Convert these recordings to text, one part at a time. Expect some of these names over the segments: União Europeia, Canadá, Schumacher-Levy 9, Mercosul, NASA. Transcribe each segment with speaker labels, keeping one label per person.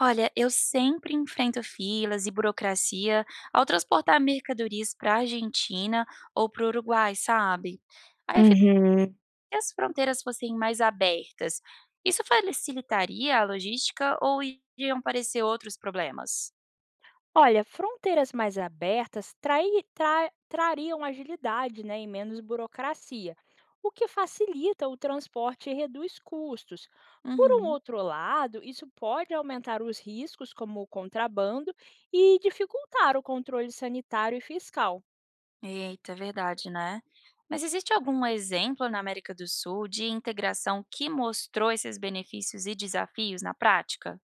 Speaker 1: Olha, eu sempre enfrento filas e burocracia ao transportar mercadorias para a Argentina ou para o Uruguai, sabe? Aí eu fico,
Speaker 2: Uhum.
Speaker 1: se as fronteiras fossem mais abertas, isso facilitaria a logística ou iriam aparecer outros problemas?
Speaker 2: Olha, fronteiras mais abertas trariam agilidade, né, e menos burocracia, o que facilita o transporte e reduz custos. Por um
Speaker 1: Uhum.
Speaker 2: outro lado, isso pode aumentar os riscos, como o contrabando, e dificultar o controle sanitário e fiscal.
Speaker 1: Eita, é verdade, né? Mas existe algum exemplo na América do Sul de integração que mostrou esses benefícios e desafios na prática?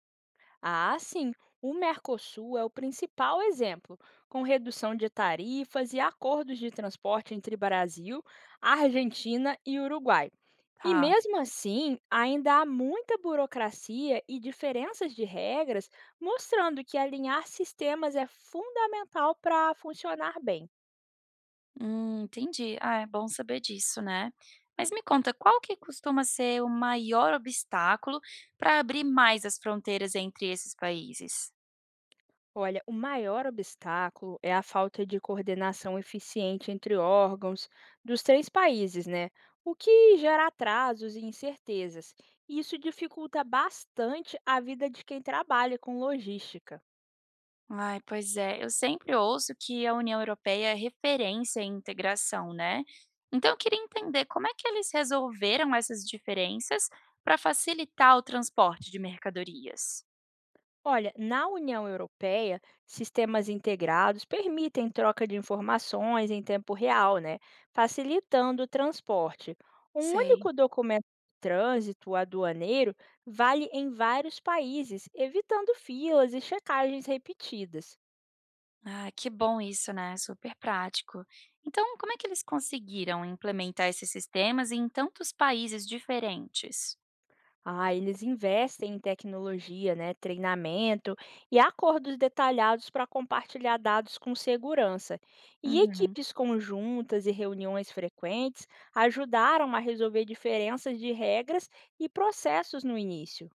Speaker 2: Ah, sim, o Mercosul é o principal exemplo, com redução de tarifas e acordos de transporte entre Brasil, Argentina e Uruguai. E
Speaker 1: Tá.
Speaker 2: mesmo assim, ainda há muita burocracia e diferenças de regras, mostrando que alinhar sistemas é fundamental para funcionar bem.
Speaker 1: Entendi. Ah, é bom saber disso, né? Mas me conta, qual que costuma ser o maior obstáculo para abrir mais as fronteiras entre esses países?
Speaker 2: Olha, o maior obstáculo é a falta de coordenação eficiente entre órgãos dos 3 países, né? O que gera atrasos e incertezas. Isso dificulta bastante a vida de quem trabalha com logística.
Speaker 1: Ai, pois é, eu sempre ouço que a União Europeia é referência em integração, né? Então eu queria entender como é que eles resolveram essas diferenças para facilitar o transporte de mercadorias.
Speaker 2: Olha, na União Europeia, sistemas integrados permitem troca de informações em tempo real, né? Facilitando o transporte. Um
Speaker 1: Sei.
Speaker 2: único documento de trânsito aduaneiro vale em vários países, evitando filas e checagens repetidas.
Speaker 1: Ah, que bom isso, né? Super prático. Então, como é que eles conseguiram implementar esses sistemas em tantos países diferentes?
Speaker 2: Ah, eles investem em tecnologia, né, treinamento e acordos detalhados para compartilhar dados com segurança. E
Speaker 1: Uhum.
Speaker 2: equipes conjuntas e reuniões frequentes ajudaram a resolver diferenças de regras e processos no início.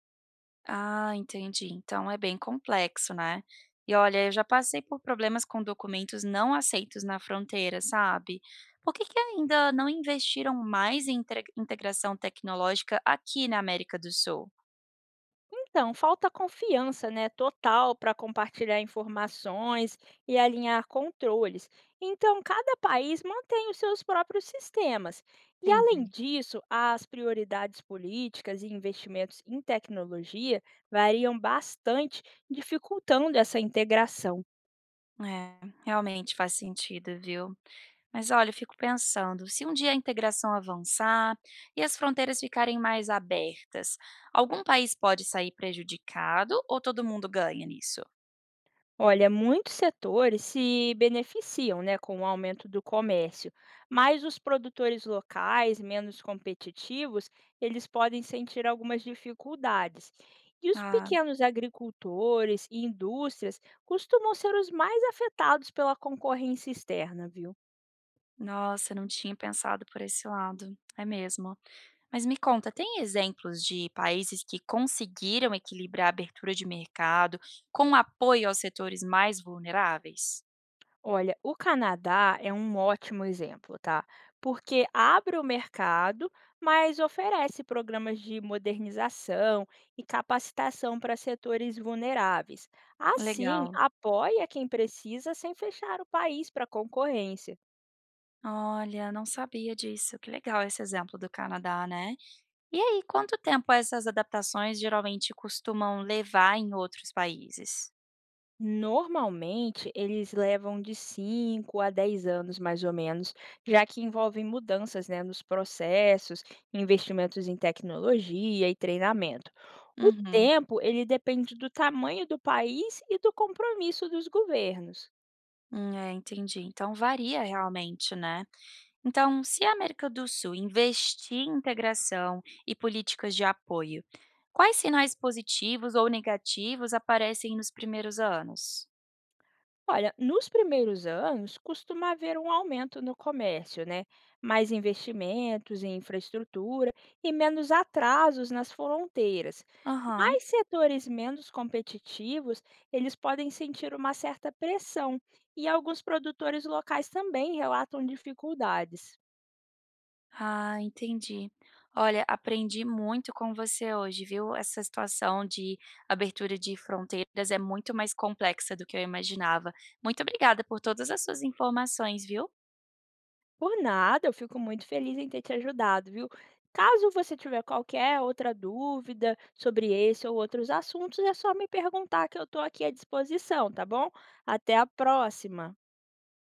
Speaker 1: Ah, entendi. Então é bem complexo, né? E olha, eu já passei por problemas com documentos não aceitos na fronteira, sabe? Por que que ainda não investiram mais em integração tecnológica aqui na América do Sul?
Speaker 2: Então, falta confiança, né, total para compartilhar informações e alinhar controles. Então, cada país mantém os seus próprios sistemas. E além
Speaker 1: Entendi.
Speaker 2: disso, as prioridades políticas e investimentos em tecnologia variam bastante, dificultando essa integração.
Speaker 1: É, realmente faz sentido, viu? Mas olha, eu fico pensando, se um dia a integração avançar e as fronteiras ficarem mais abertas, algum país pode sair prejudicado ou todo mundo ganha nisso?
Speaker 2: Olha, muitos setores se beneficiam, né, com o aumento do comércio, mas os produtores locais, menos competitivos, eles podem sentir algumas dificuldades. E os
Speaker 1: Ah,
Speaker 2: pequenos agricultores e indústrias costumam ser os mais afetados pela concorrência externa, viu?
Speaker 1: nossa, eu não tinha pensado por esse lado. É mesmo. Mas me conta, tem exemplos de países que conseguiram equilibrar a abertura de mercado com apoio aos setores mais vulneráveis?
Speaker 2: Olha, o Canadá é um ótimo exemplo, tá? Porque abre o mercado, mas oferece programas de modernização e capacitação para setores vulneráveis. Assim,
Speaker 1: Legal.
Speaker 2: apoia quem precisa sem fechar o país para concorrência.
Speaker 1: Olha, não sabia disso. Que legal esse exemplo do Canadá, né? E aí, quanto tempo essas adaptações geralmente costumam levar em outros países?
Speaker 2: Normalmente, eles levam de 5 a 10 anos, mais ou menos, já que envolvem mudanças, né, nos processos, investimentos em tecnologia e treinamento. O
Speaker 1: Uhum.
Speaker 2: tempo, ele depende do tamanho do país e do compromisso dos governos.
Speaker 1: É, entendi. Então varia realmente, né? Então, se a América do Sul investir em integração e políticas de apoio, quais sinais positivos ou negativos aparecem nos primeiros anos?
Speaker 2: Olha, nos primeiros anos costuma haver um aumento no comércio, né? Mais investimentos em infraestrutura e menos atrasos nas fronteiras.
Speaker 1: Aham.
Speaker 2: Mas setores menos competitivos, eles podem sentir uma certa pressão e alguns produtores locais também relatam dificuldades.
Speaker 1: Ah, entendi. Olha, aprendi muito com você hoje, viu? Essa situação de abertura de fronteiras é muito mais complexa do que eu imaginava. Muito obrigada por todas as suas informações, viu?
Speaker 2: Por nada, eu fico muito feliz em ter te ajudado, viu? Caso você tiver qualquer outra dúvida sobre esse ou outros assuntos, é só me perguntar que eu estou aqui à disposição, tá bom? Até a próxima!